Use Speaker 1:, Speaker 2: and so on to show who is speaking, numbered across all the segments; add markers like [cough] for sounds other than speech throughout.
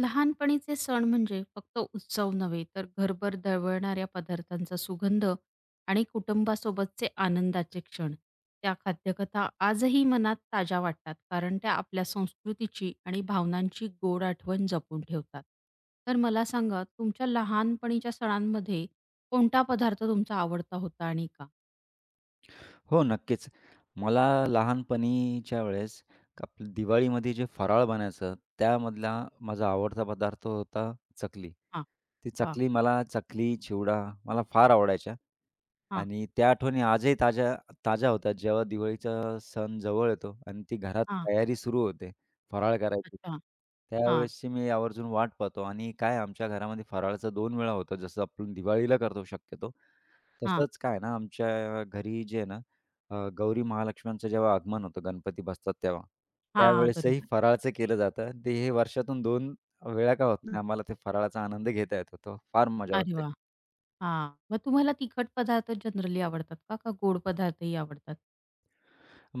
Speaker 1: लहानपणीचे सण म्हणजे फक्त उत्सव नव्हे, तर घरभर दळवळणाऱ्या पदार्थांचा सुगंध आणि कुटुंबासोबतचे आनंदाचे क्षण. त्या खाद्यकथा आजही मनात ताज्या वाटतात, कारण त्या आपल्या संस्कृतीची आणि भावनांची गोड आठवण जपून ठेवतात. तर मला सांगा, तुमच्या लहानपणीच्या सणांमध्ये कोणता पदार्थ तुमचा आवडता होता आणि का?
Speaker 2: हो, नक्कीच. मला लहानपणीच्या वेळेस आपलं दिवाळीमध्ये जे फराळ बनायचं, त्यामधला माझा आवडता पदार्थ होता चकली.
Speaker 1: हां.
Speaker 2: ती
Speaker 1: वाह!
Speaker 2: चकली मला चिवडा मला फार आवडायच्या
Speaker 1: हां,
Speaker 2: आणि त्या आठवणी आजही ताज्या ताज्या होतात. जेव्हा दिवाळीचा सण जवळ येतो आणि ती घरात
Speaker 1: हां.
Speaker 2: तयारी सुरू होते फराळ करायची.
Speaker 1: अच्छा. हां,
Speaker 2: त्यावेळेसची मी आवर्जून वाट पाहतो आणि काय आमच्या घरामध्ये फराळाचं 2 वेळा होतं. जसं आपण दिवाळीला करतो शक्यतो
Speaker 1: हां.
Speaker 2: तसंच काय ना, आमच्या घरी जे आहे ना, गौरी महालक्ष्म्यांचं जेव्हा आगमन होतं, गणपती बसतात तेव्हा,
Speaker 1: हां,
Speaker 2: त्यावेळेसही
Speaker 1: बरोबर.
Speaker 2: फराळाचं केलं जातं आणि ते हे वर्षातून 2 वेळा का होत नाही, आम्हाला ते फराळाचा आनंद घेता येतो. तो फार मजा
Speaker 1: अरे
Speaker 2: वाटते.
Speaker 1: वाह! हां. मग तुम्हाला तिखट पदार्थ जनरली आवडतात का? का गोड पदार्थही आवडतात?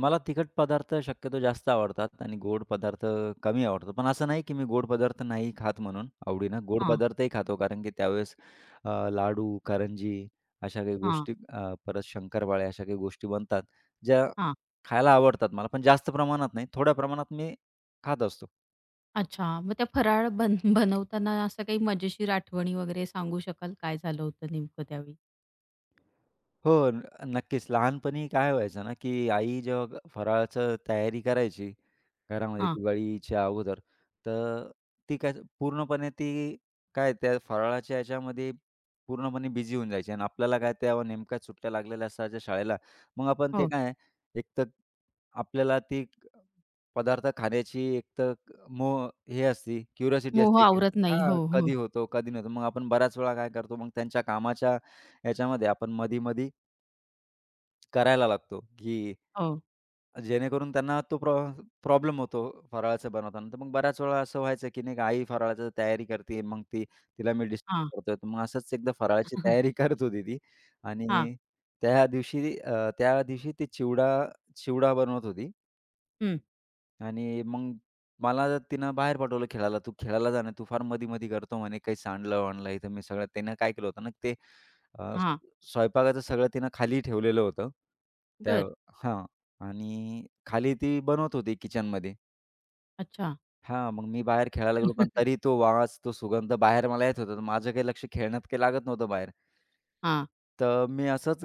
Speaker 2: मला तिखट पदार्थ शक्यतो जास्त आवडतात आणि गोड पदार्थ कमी आवडतात. पण असं नाही, की मी गोड पदार्थ नाही खात म्हणून आवडीनं. गोड
Speaker 1: हां,
Speaker 2: पदार्थही खातो कारण की त्यावेळेस लाडू, करंजी अशा काही
Speaker 1: हां,
Speaker 2: गोष्टी परत शंकरपाळ्या अशा काही गोष्टी बनतात, ज्या
Speaker 1: हां.
Speaker 2: खायला आवडतात मला, पण जास्त प्रमाणात नाही. थोड्या प्रमाणात मी खात असतो.
Speaker 1: अच्छा. मग त्या फराळ [laughs] बनवताना असं काही मजेशीर आठवणी वगैरे सांगू शकाल? काय झालं होतं नेमकं त्यावेळी?
Speaker 2: हो, न नक्कीच. लहानपणी काय व्हायचं ना, की आई जेव्हा फराळाचं तयारी करायची, घरामध्ये
Speaker 1: हां.
Speaker 2: दिवाळीच्या अगोदर. तर ती काय ती त्या फराळाच्या ह्याच्यामध्ये पूर्णपणे बिझी होऊन जायची आणि आपल्याला काय त्या नेमक्या सुट्ट्या लागलेल्या असायच्या शाळेला. मग आपण ते
Speaker 1: हो.
Speaker 2: काय एक तर आपल्याला पदार्थ खाण्याची एक तर क- मो हे असते, क्युरिओसिटी
Speaker 1: मोह
Speaker 2: असते की
Speaker 1: आवरत नाही.
Speaker 2: हां,
Speaker 1: हो, हो,
Speaker 2: कधी होतो, कधी नव्हतो. मग आपण बऱ्याच वेळा काय करतो, मग त्यांच्या कामाच्या ह्याच्यामध्ये आपण मधी-मधी करायला लागतो, की
Speaker 1: हो.
Speaker 2: जेणेकरून त्यांना तो प्रॉब्लेम होतो फराळाचं बनवताना. तर मग बऱ्याच वेळा असं व्हायचं, की नाही का आई फराळाची तयारी करते, मग ती तिला मी
Speaker 1: हां.
Speaker 2: डिस्टर्ब करतोय. तर मग असंच एकदा फराळाची [laughs] तयारी
Speaker 1: [laughs]
Speaker 2: करत होती ती
Speaker 1: हां.
Speaker 2: आणि त्या दिवशी ती चिवडा चिवडा बनवत होती.
Speaker 1: हं.
Speaker 2: आणि मग मला तिनं बाहेर पाठवलं खेळायला. "तू खेळायला जा ना, तू फार मधी-मधी करतो" म्हणे. "काही सांडलं-वांडलं इथं मी सगळं" त्यानं काय केलं होतं ना ते अ,
Speaker 1: हां.
Speaker 2: स्वयंपाकाचं सगळं तिनं खाली ठेवलेलं होतं. त्या
Speaker 1: बरं. [laughs]
Speaker 2: हां. आणि खाली ती बनवत होती किचनमध्ये.
Speaker 1: अच्छा.
Speaker 2: हां, मग मी बाहेर खेळायला गेलो, पण तरी तो वास, तो सुगंध बाहेर मला येत होता. तर माझं काही लक्ष खेळण्यात काही लागत नव्हतं बाहेर.
Speaker 1: हां,
Speaker 2: तर मी असंच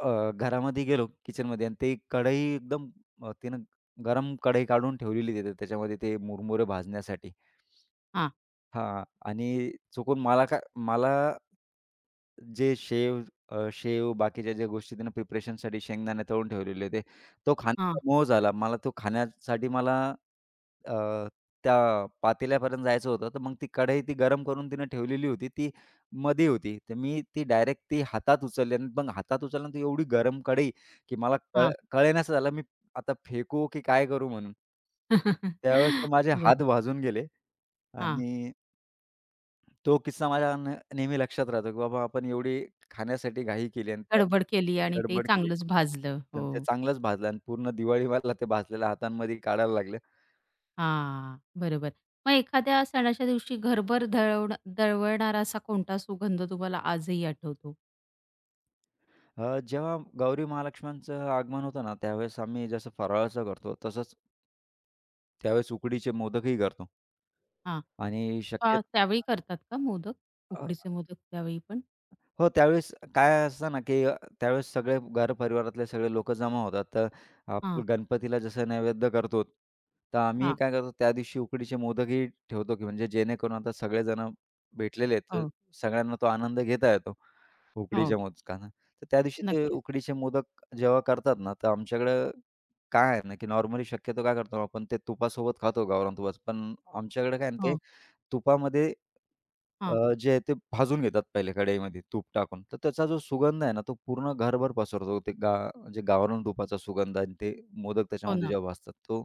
Speaker 2: घरामध्ये गेलो किचनमध्ये आणि ते कढई एकदम तिनं गरम कढई काढून ठेवलेली तिथे त्याच्यामध्ये ते मुरमुरे भाजण्यासाठी.
Speaker 1: हां,
Speaker 2: हां आणि चुकून मला काय मला जे शेव शेव बाकीच्या ज्या गोष्टी त्यांना प्रिपरेशनसाठी शेंगदाणे तळून ठेवलेले होते. तो
Speaker 1: हां,
Speaker 2: खाण्याचा मोह झाला. मला तो खाण्यासाठी मला अ, त्या पातेल्यापर्यंत जायचं होतं. तर मग ती कढई ती गरम करून तिनं ठेवलेली होती. ती मधी होती. तर मी ती डायरेक्ट ती हातात उचलली आणि मग हातात उचलल्यानंतर एवढी गरम कढई, की मला
Speaker 1: हां.
Speaker 2: कळेनासं झालं मी आता फेकू की काय करू म्हणून. त्यावेळेस तर माझे
Speaker 1: बरं.
Speaker 2: हात भाजून गेले
Speaker 1: हां.
Speaker 2: आणि तो किस्सा माझ्या नेहमी लक्षात राहतो, की बाबा आपण एवढी खाण्यासाठी घाई केली आणि
Speaker 1: [laughs]
Speaker 2: त्यात
Speaker 1: गडबड केली आणि ते
Speaker 2: गडबड केली.
Speaker 1: चांगलंच भाजलं.
Speaker 2: पण
Speaker 1: हो.
Speaker 2: ते चांगलंच भाजलं आणि पूर्ण दिवाळीवाला ते भाजलेल्या हातांमध्ये काढायला लागले.
Speaker 1: हां, बरोबर. मग एखाद्या सणाच्या दिवशी घरभर दळवणारा असा कोणता सुगंध तुम्हाला आजही आठवतो?
Speaker 2: जेव्हा गौरी महालक्ष्म्यांचं आगमन होतं ना, त्यावेळेस आम्ही जसं फराळाचं करतो, तसंच त्यावेळेस उकडीचे मोदकही करतो
Speaker 1: हां.
Speaker 2: आणि
Speaker 1: हां, त्यावेळी करतात का मोदक? उकडीचे मोदक त्यावेळी पण?
Speaker 2: हो, त्यावेळेस काय असतं ना, की त्यावेळेस सगळे घरपरिवारातले सगळे लोकं जमा होतात. तर आपण
Speaker 1: हां,
Speaker 2: गणपतीला जसं नैवेद्य करतो, तर आम्ही
Speaker 1: हां.
Speaker 2: काय करतो त्या दिवशी उकडीचे मोदकही ठेवतो, की म्हणजे जेणेकरून आता सगळेजण भेटलेले आहेत, तर
Speaker 1: हो,
Speaker 2: सगळ्यांना तो आनंद घेता येतो
Speaker 1: हो.
Speaker 2: उकडीच्या मोदकांना. तर त्या दिवशी ते
Speaker 1: नक्कीच.
Speaker 2: उकडीचे मोदक जेव्हा करतात ना, तर आमच्याकडं काय आहे ना, की नॉर्मली शक्यतो काय करतो आपण ते तुपासोबत खातो गावरान तुपाचं. पण आमच्याकडे काय आहे ना, ते
Speaker 1: हो,
Speaker 2: तुपामध्ये
Speaker 1: हां.
Speaker 2: जे आहे ते भाजून घेतात पहिले कढईमध्ये तूप टाकून. तर त्याचा जो सुगंध आहे ना, तो पूर्ण घरभर पसरतो. ते म्हणजे गावरान तुपाचा सुगंध आणि ते मोदक
Speaker 1: हो
Speaker 2: त्याच्यामध्ये
Speaker 1: ना.
Speaker 2: जेव्हा भाजतात तो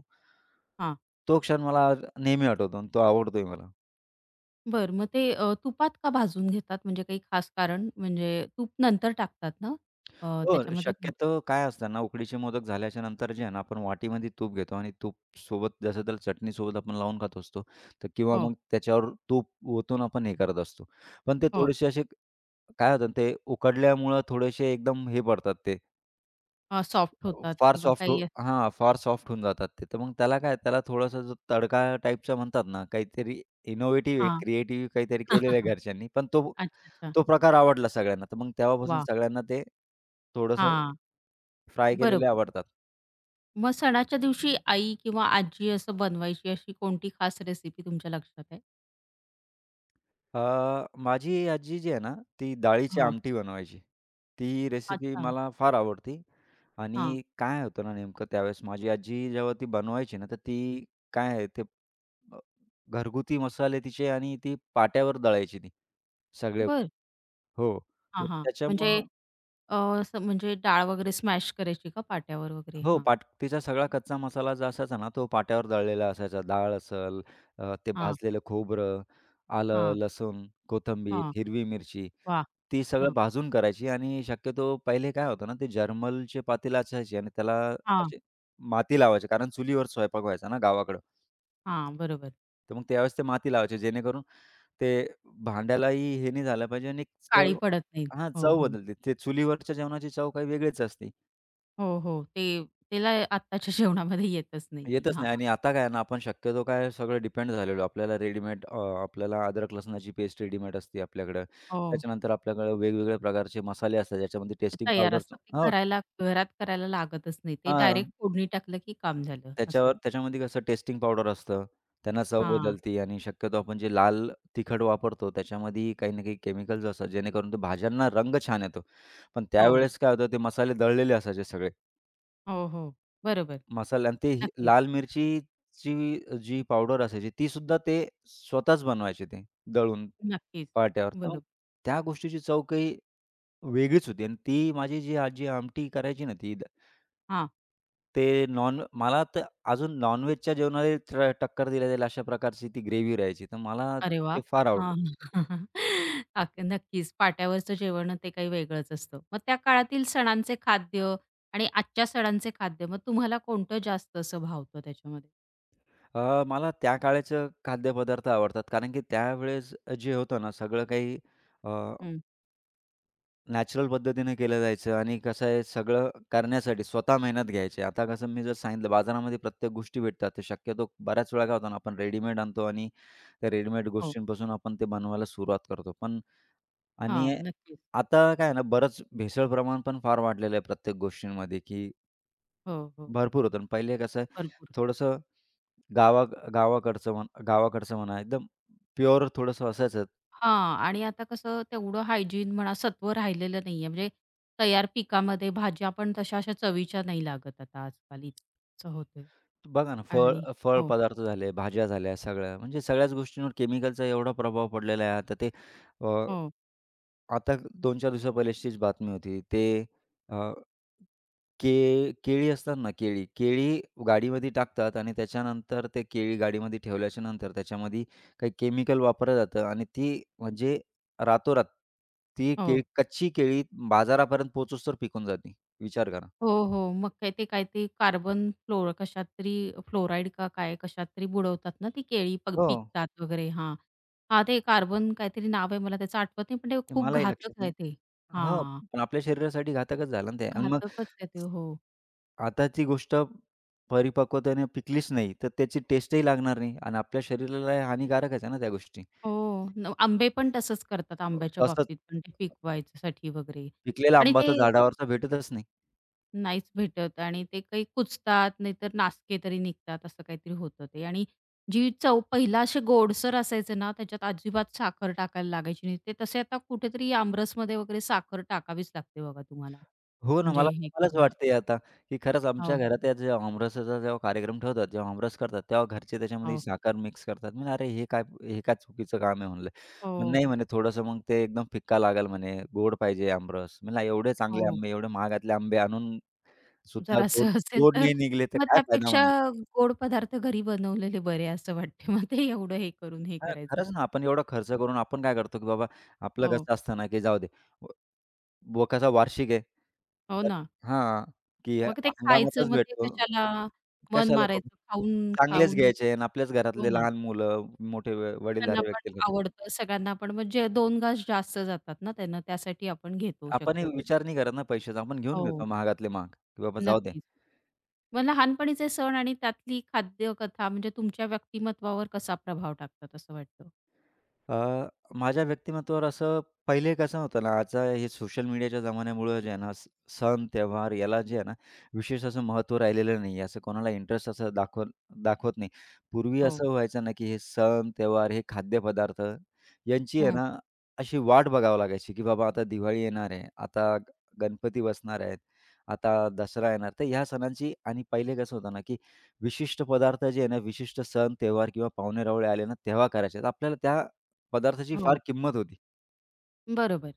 Speaker 1: हां.
Speaker 2: तो क्षण मला आज नेहमी आठवतो आणि तो आवडतोही मला.
Speaker 1: बरं मग ते तुपात का भाजून घेतात? म्हणजे काही खास कारण? म्हणजे तूप नंतर टाकतात ना
Speaker 2: हो,
Speaker 1: त्याच्यामध्ये? मोदक
Speaker 2: शक्यतो काय असतं ना, उकडीचे मोदक झाल्याच्या नंतर जे आहे ना, आपण वाटीमध्ये तूप घेतो आणि तूपसोबत जसं त्याला चटणीसोबत आपण लावून खात असतो. तर किंवा
Speaker 1: हो,
Speaker 2: मग त्याच्यावर तूप ओतून आपण हे करत असतो. पण ते
Speaker 1: हो.
Speaker 2: थोडेसे असे काय होतं ना ते उकडल्यामुळं थोडेसे एकदम हे पडतात ते,
Speaker 1: सॉफ्ट
Speaker 2: हो.
Speaker 1: होतात
Speaker 2: फार
Speaker 1: किंवा
Speaker 2: सॉफ्ट हो
Speaker 1: काही
Speaker 2: हां, फार सॉफ्ट होऊन जातात ते. तर मग त्याला काय त्याला थोडासा जो तडका टाईपचा म्हणतात ना, काहीतरी इनोव्हेटिव्ह आहे,
Speaker 1: हां.
Speaker 2: क्रिएटिव्ह काहीतरी केलेलं आहे
Speaker 1: [laughs]
Speaker 2: घरच्यांनी. पण तो
Speaker 1: अच्छा, अच्छा.
Speaker 2: तो प्रकार आवडला सगळ्यांना. तर मग तेव्हापासून
Speaker 1: वाह!
Speaker 2: सगळ्यांना ते थोडंसं
Speaker 1: हां,
Speaker 2: फ्राय केलेले
Speaker 1: बरोबर.
Speaker 2: आवडतात.
Speaker 1: मग सणाच्या दिवशी आई किंवा आजी असं बनवायची अशी कोणती खास रेसिपी तुमच्या लक्षात आहे?
Speaker 2: माझी आजी जी आहे ना, ती डाळीची
Speaker 1: हां.
Speaker 2: आमटी बनवायची. ती रेसिपी
Speaker 1: अच्छा.
Speaker 2: मला फार आवडती
Speaker 1: हां.
Speaker 2: आणि काय होतं ना नेमकं त्यावेळेस माझी आजी जेव्हा ती बनवायची ना, तर ती काय आहे ते अ, घरगुती मसाले तिचे आणि ती पाट्यावर दळायची ती सगळे.
Speaker 1: बर,
Speaker 2: हो.
Speaker 1: हां,
Speaker 2: तर
Speaker 1: हां. म्हणजे
Speaker 2: त्याच्यामुळं
Speaker 1: अ, असं म्हणजे डाळ वगैरे स्मॅश करायची का पाट्यावर वगैरे?
Speaker 2: हो,
Speaker 1: हां,
Speaker 2: पाटीचा सगळा कच्चा मसाला जो असायचा ना, तो पाट्यावर दळलेला असायचा. डाळ असेल, ते
Speaker 1: हां,
Speaker 2: भाजलेलं खोबरं, आलं,
Speaker 1: हां,
Speaker 2: लसूण, कोथिंबीर,
Speaker 1: हां.
Speaker 2: हिरवी मिरची,
Speaker 1: वाह!
Speaker 2: ती
Speaker 1: हां,
Speaker 2: सगळं भाजून करायची आणि शक्यतो पहिले काय होतं ना, ते जर्मलचे पातेलं असायचे आणि त्याला
Speaker 1: हां,
Speaker 2: असे माती लावायची कारण चुलीवर स्वयंपाक व्हायचा ना गावाकडं.
Speaker 1: हां. बरोबर.
Speaker 2: तर मग त्यावेळेस ते माती लावायचे जेणेकरून ते भांड्यालाही हे नाही झालं पाहिजे आणि एक
Speaker 1: काळी
Speaker 2: चव
Speaker 1: पडत नाहीत.
Speaker 2: हां,
Speaker 1: हो,
Speaker 2: चव
Speaker 1: हो.
Speaker 2: बदलते. ते चुलीवरच्या जेवणाची चव काही वेगळीच असते.
Speaker 1: हो, हो. ते त्याला आत्ताच्या जेवणामध्ये येतच नाही ती.
Speaker 2: येतच
Speaker 1: हां,
Speaker 2: नाही आणि आता काय आहे ना, आपण शक्यतो काय सगळं डिपेंड झालेलो. आपल्याला आपल्याला अद्रक लसणाची पेस्ट रेडीमेड असते आपल्याकडं.
Speaker 1: हो.
Speaker 2: त्याच्यानंतर आपल्याकडे वेगवेगळ्या प्रकारचे मसाले असतात, ज्याच्यामध्ये टेस्टिंग
Speaker 1: तयार
Speaker 2: पावडरचं
Speaker 1: असतात. ते
Speaker 2: हो
Speaker 1: करायला घरात करायला लागतच नाही. ते
Speaker 2: हां,
Speaker 1: डायरेक्ट फोडणी टाकलं की काम झालं
Speaker 2: त्याच्यावर
Speaker 1: असं.
Speaker 2: त्याच्यामध्ये कसं टेस्टिंग पावडर असतं. त्यांना चव
Speaker 1: हां.
Speaker 2: बदलते आणि शक्यतो आपण जे लाल तिखट वापरतो, त्याच्यामध्येही काही ना काही केमिकल्स असतात, जेणेकरून ते भाज्यांना रंग छान येतो. पण
Speaker 1: हो.
Speaker 2: त्यावेळेस काय होतं, ते मसाले दळलेले असायचे सगळे.
Speaker 1: हो, हो. बरोबर.
Speaker 2: मसाला आणि ते ही
Speaker 1: नक्कीच,
Speaker 2: लाल मिरचीची जी पावडर असायची ती सुद्धा ते स्वतःच बनवायचे ते दळून
Speaker 1: नक्कीच.
Speaker 2: पाट्यावर. तर
Speaker 1: बरोबर.
Speaker 2: त्या गोष्टीची चव काही वेगळीच होती आणि ती माझी जी आजी आमटी करायची ना
Speaker 1: हां.
Speaker 2: ते नॉन मला तर अजून नॉनव्हेजच्या जेवणाला टक्कर दिल्या जाईल अशा प्रकारची ती ग्रेव्ही राहायची. तर मला
Speaker 1: अरे
Speaker 2: ते
Speaker 1: वाह!
Speaker 2: फार आवडलं.
Speaker 1: हां. [laughs] नक्कीच. पाट्यावरचं जेवण ते काही वेगळंच असतं. मग त्या काळातील सणांचे खाद्य आणि आजच्या सणांचे खाद्य मग तुम्हाला कोणतं जास्त असं भावतं त्याच्यामध्ये?
Speaker 2: मला त्या काळाचं खाद्यपदार्थ आवडतात कारण की त्यावेळेस जे होतं ना सगळं काही
Speaker 1: हं.
Speaker 2: नॅचरल पद्धतीने केलं जायचं आणि कसं आहे सगळं करण्यासाठी स्वतः मेहनत घ्यायची. आता कसं मी जर सांगितलं बाजारामध्ये प्रत्येक गोष्टी भेटतात. तर शक्यतो बऱ्याच वेळा काय होतं ना आपण रेडीमेड आणतो आणि त्या रेडीमेड
Speaker 1: हो.
Speaker 2: गोष्टींपासून आपण ते बनवायला सुरुवात करतो. पण
Speaker 1: हां.
Speaker 2: आणि
Speaker 1: नक्कीच.
Speaker 2: आता काय आहे ना बरंच भेसळ प्रमाण पण फार वाढलेलं आहे प्रत्येक गोष्टींमध्ये, की
Speaker 1: हो, हो.
Speaker 2: भरपूर होतं. आणि पहिले कसं आहे
Speaker 1: भरपूर.
Speaker 2: थोडंसं गावा गावाकडचं म्हणा एकदम प्युअर थोडंसं असायचं.
Speaker 1: हां. आणि आता कसं तेवढं हायजीन म्हणा सत्व राहिलेलं नाहीये. म्हणजे तयार पिकामध्ये भाज्या पण तशा अशा चवीच्या नाही लागत आता आजकाल. इतकं होतंय.
Speaker 2: बघा ना,
Speaker 1: आणि
Speaker 2: फळ
Speaker 1: हो,
Speaker 2: पदार्थ झाले, भाज्या झाल्या सगळ्या, म्हणजे सगळ्याच गोष्टींवर केमिकलचा एवढा प्रभाव पडलेला आहे. आता ते अ,
Speaker 1: हो,
Speaker 2: आता 2-4 दिवसा पहिल्याचीच बातमी होती. ते अ, के केळी असतात ना केळी, केळी गाडीमध्ये टाकतात आणि त्याच्यानंतर ते केळी गाडीमध्ये ठेवल्याच्या नंतर त्याच्यामध्ये काही केमिकल वापरलं जातं आणि ती म्हणजे रातोरात ती केळी
Speaker 1: हो.
Speaker 2: कच्ची केळी बाजारापर्यंत पोहोचोस्तोवर पिकून जाते. विचार करा.
Speaker 1: हो, हो. मग काय ते काहीतरी कार्बन फ्लोर कशात तरी फ्लोराईड का काय कशात तरी बुडवतात ना ती केळी
Speaker 2: हो,
Speaker 1: पिकतात वगैरे. हां. हां, ते कार्बन काहीतरी नाव आहे मला त्याचं आठवत नाही, पण ते
Speaker 2: ते
Speaker 1: खूप
Speaker 2: मलाही लक्षात
Speaker 1: घातक
Speaker 2: नाही.
Speaker 1: आहे ते.
Speaker 2: हां,
Speaker 1: हां,
Speaker 2: पण आपल्या शरीरासाठी घातकच झालं ना ते आणि मग
Speaker 1: घातकच आहे ते. हो.
Speaker 2: आता ती गोष्ट परिपक्वतेने पिकलीच नाही, तर त्याची टेस्टही लागणार नाही आणि आपल्या शरीराला हानिकारकच आहे ना त्या गोष्टी.
Speaker 1: हो. आंबे पण तसंच करतात आंब्याच्या
Speaker 2: तसंच
Speaker 1: बाबतीत पण ते पिकवायच्यासाठी वगैरे
Speaker 2: पिकलेला
Speaker 1: आणि
Speaker 2: आंबा तर
Speaker 1: ते
Speaker 2: झाडावरचा भेटतच नाही.
Speaker 1: नाहीच भेटत आणि ते काही कुचतात, नाहीतर नासके तरी निघतात असं काहीतरी होतं ते आणि जी चव पहिला असे गोडसर असायचे ना, त्याच्यात अजिबात साखर टाकायला लागायची नाही. ते तसे आता कुठेतरी आमरसमध्ये वगैरे साखर टाकावीच लागते बघा तुम्हाला.
Speaker 2: हो ना,
Speaker 1: म्हणजे हे
Speaker 2: मलाच
Speaker 1: करायला.
Speaker 2: वाटते आता, की खरंच आमच्या
Speaker 1: हो,
Speaker 2: घरात या जेव्हा आमरसाचा जेव्हा कार्यक्रम ठेवतात, जेव्हा आमरस करतात, तेव्हा घरचे त्याच्यामध्ये
Speaker 1: हो,
Speaker 2: साखर मिक्स करतात. म्हणलं, "अरे हे काय चुकीचं काम आहे?" म्हणलं. मग
Speaker 1: हो,
Speaker 2: "नाही," म्हणे, "थोडंसं मग ते एकदम फिक्का लागेल," म्हणे, "गोड पाहिजे आमरस." म्हणलं, "एवढे चांगले
Speaker 1: हो.
Speaker 2: आंबे, एवढे महागातले आंबे आणून सुद्धा
Speaker 1: जर
Speaker 2: गोड
Speaker 1: असं असेल
Speaker 2: गोड
Speaker 1: तर
Speaker 2: नाही निघले तर
Speaker 1: मग
Speaker 2: काय फायदा
Speaker 1: त्यापेक्षा
Speaker 2: म्हणलं.
Speaker 1: गोड पदार्थ घरी बनवलेले बरे असं वाटते. मग ते एवढं हे करून हे
Speaker 2: हां,
Speaker 1: करायचं.
Speaker 2: खरंच ना, आपण एवढा खर्च करून आपण काय करतो, की बाबा आपलं
Speaker 1: हो,
Speaker 2: कसं असतं ना, की जाऊ दे. व बोकाचा वार्षिक आहे.
Speaker 1: हो
Speaker 2: तर
Speaker 1: ना.
Speaker 2: हां, की
Speaker 1: मग ते खायचं,
Speaker 2: हंगामातच
Speaker 1: मग ते
Speaker 2: भेटतो.
Speaker 1: कशाला मन
Speaker 2: कशाला बाबा
Speaker 1: मारायचं, खाऊन,
Speaker 2: चांगलेच
Speaker 1: खाऊन
Speaker 2: घ्यायचे
Speaker 1: आपलं
Speaker 2: आणि आपल्याच
Speaker 1: हो
Speaker 2: घरातले
Speaker 1: ना.
Speaker 2: लहान मुलं, मोठे व
Speaker 1: त्यांना
Speaker 2: वडीलधारे
Speaker 1: पण
Speaker 2: व्यक्ती घेतात.
Speaker 1: आवडतं, सगळ्यांना पण मग जे 2 घास जास्त जातात ना त्यांना, त्यासाठी आपण घेतो
Speaker 2: आपण हे
Speaker 1: शक्यतो.
Speaker 2: विचार नाही करत ना पैशाचा, आपण घेऊन
Speaker 1: हो,
Speaker 2: घेतो महागातले महाग, की बाबा जाऊ दे.
Speaker 1: नक्कीच. मग लहानपणीचे सण आणि त्यातली खाद्यकथा म्हणजे तुमच्या व्यक्तिमत्त्वावर कसा प्रभाव टाकतात असं वाटतं?
Speaker 2: अ, माझ्या व्यक्तिमत्त्वावर असं पहिले कसं होतं ना, आता हे सोशल मीडियाच्या जमान्यामुळं जे आहे ना, सण, त्यौहार याला जे आहे ना, विशेष असं महत्त्व राहिलेलं नाही आहे. असं कोणाला इंटरेस्ट असं दाखवत दाखवत नाही. पूर्वी
Speaker 1: हो.
Speaker 2: असं व्हायचं ना, की हे सण, त्यौहार, हे खाद्यपदार्थ यांची आहे
Speaker 1: हं.
Speaker 2: ना, अशी वाट बघावी लागायची, की बाबा आता दिवाळी येणार आहे, आता गणपती बसणार आहेत, आता दसरा येणार. तर ह्या सणांची आणि पहिले कसं होतं ना, की विशिष्ट पदार्थ जे आहे ना, विशिष्ट सण, त्यौहार किंवा पाहुणे-रावळे आले ना, तेव्हा करायचे. तर आपल्याला त्या पदार्थाची फार
Speaker 1: हो.
Speaker 2: किंमत होती,
Speaker 1: बरोबर.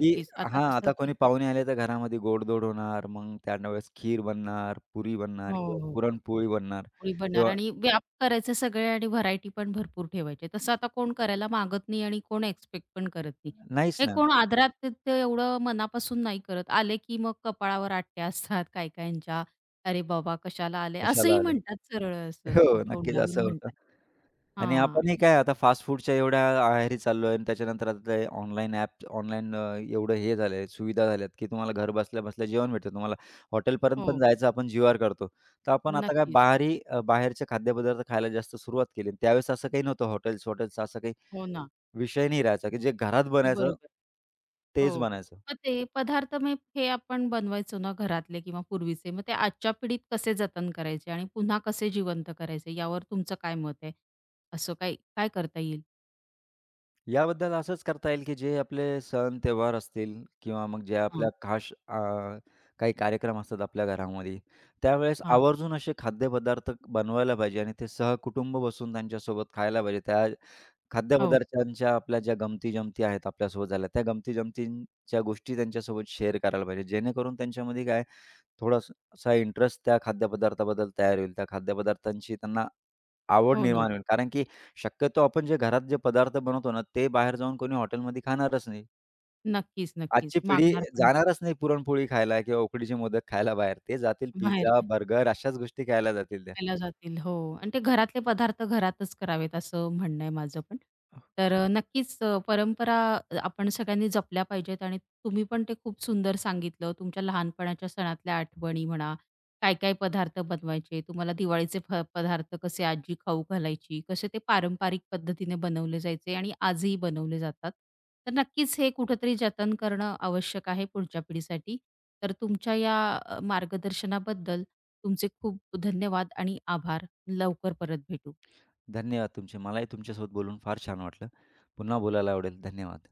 Speaker 2: की
Speaker 1: आता
Speaker 2: हां,
Speaker 1: तसं
Speaker 2: आता
Speaker 1: ते
Speaker 2: कोणी पाहुणे आले तर घरामध्ये गोडधोड होणार, मग त्यांना वेळेस खीर बनणार, पुरी बनणार
Speaker 1: हो,
Speaker 2: किंवा
Speaker 1: हो.
Speaker 2: पुरणपोळी बनणार
Speaker 1: पोळी बनणार
Speaker 2: किंवा
Speaker 1: आणि व्याप करायचे सगळे आणि व्हरायटी पण भरपूर ठेवायचे. तसं आता कोण करायला मागत नाही आणि कोण एक्सपेक्ट पण करत नाही.
Speaker 2: नाहीच
Speaker 1: हे
Speaker 2: ना,
Speaker 1: कोण आदरात ते ते एवढं मनापासून नाही करत. आले की मग कपाळावर आट्या असतात काही-काहींच्या. "अरे बाबा कशाला आले?"
Speaker 2: कशाला
Speaker 1: असंही
Speaker 2: आले.
Speaker 1: म्हणतात सरळ असं
Speaker 2: हो, नक्कीच
Speaker 1: तोंडावर
Speaker 2: असं होतं
Speaker 1: म्हणतात.
Speaker 2: आणि
Speaker 1: हां.
Speaker 2: आपणही काय आता फास्ट फूडच्या एवढ्या आहारी चाललो आहे आणि त्याच्यानंतर आता ते ऑनलाईन ॲप्स, ऑनलाईन एवढं हे झालंय, सुविधा झाल्यात, की तुम्हाला घर बसल्या-बसल्या जेवण भेटतं. तुम्हाला हॉटेलपर्यंत पण
Speaker 1: हो.
Speaker 2: जायचं आपण जीवावर करतो. तर आपण आता काय
Speaker 1: नक्कीच.
Speaker 2: बाहेरचे खाद्यपदार्थ खायला जास्त सुरुवात केली. त्यावेळेस असं काही नव्हतं हॉटेल्स-वॉटेल्स असं काही
Speaker 1: हो ना.
Speaker 2: विषय नाही राहायचा, की जे घरात बनायचं,
Speaker 1: बरोबर.
Speaker 2: तेच
Speaker 1: हो.
Speaker 2: बनायचं.
Speaker 1: मग ते पदार्थ मग हे आपण बनवायचो ना घरातले किंवा पूर्वीचे, मग ते आजच्या पिढीत कसे जतन करायचे आणि पुन्हा कसे जिवंत करायचे यावर तुमचं काय मत आहे? असं काय काय करता येईल?
Speaker 2: याबद्दल असंच करता येईल, की जे आपले सण त्योहार असतील किंवा मग जे आपल्या
Speaker 1: हां,
Speaker 2: काही कार्यक्रम असतात आपल्या घरामध्ये, त्यावेळेस
Speaker 1: हां.
Speaker 2: आवर्जून असे खाद्यपदार्थ बनवायला पाहिजे आणि ते सहकुटुंब बसून त्यांच्यासोबत खायला पाहिजे. त्या
Speaker 1: हो,
Speaker 2: खाद्यपदार्थांच्या आपल्या ज्या गमती-जमती आहेत आपल्यासोबत झाल्या, त्या गमती-जमतींच्या गोष्टी त्यांच्यासोबत शेअर करायला पाहिजे. जेणेकरून त्यांच्यामध्ये काय थोडासा असा इंटरेस्ट त्या खाद्यपदार्थाबद्दल तयार होईल. त्या खाद्यपदार्थांची त्यांना आवड
Speaker 1: हो ना.
Speaker 2: निर्माण होईल. कारण की शक्यतो आपण जे घरात जे पदार्थ बनवतो ना, ते बाहेर जाऊन कोणी हॉटेलमध्ये खाणारच नाही.
Speaker 1: नक्कीच,
Speaker 2: आजची
Speaker 1: नक्कीच.
Speaker 2: पिढी
Speaker 1: मागणार पण नाही.
Speaker 2: जाणारच नाही पुरणपोळी खायला किंवा उकडीचे मोदक खायला बाहेर. ते जातील
Speaker 1: बाहेर
Speaker 2: पिझ्झा, बर्गर अशाच गोष्टी खायला जातील त्या.
Speaker 1: खायला जातील. हो आणि ते घरातले पदार्थ घरातच करावेत असं म्हणणं आहे माझं पण. तर नक्कीच परंपरा आपण सगळ्यांनी जपल्या पाहिजेत आणि तुम्ही पण ते खूप सुंदर सांगितलं. तुमच्या लहानपणाच्या सणातल्या आठवणी म्हणा काय-काय पदार्थ बनवायचे? तुम्हाला दिवाळीचे पदार्थ कसे आजी खाऊ घालायची? कसे ते पारंपरिक पद्धतीने बनवले जायचे आणि आजही बनवले जातात. तर नक्कीच हे कुठेतरी जतन करणं आवश्यक आहे पुढच्या पिढीसाठी. तर तुमच्या या मार्गदर्शनाबद्दल तुमचे खूप धन्यवाद आणि आभार. लवकर परत भेटू.
Speaker 2: धन्यवाद तुमचे. मलाही तुमच्यासोबत बोलून फार छान वाटलं. पुन्हा बोलायला आवडेल. धन्यवाद.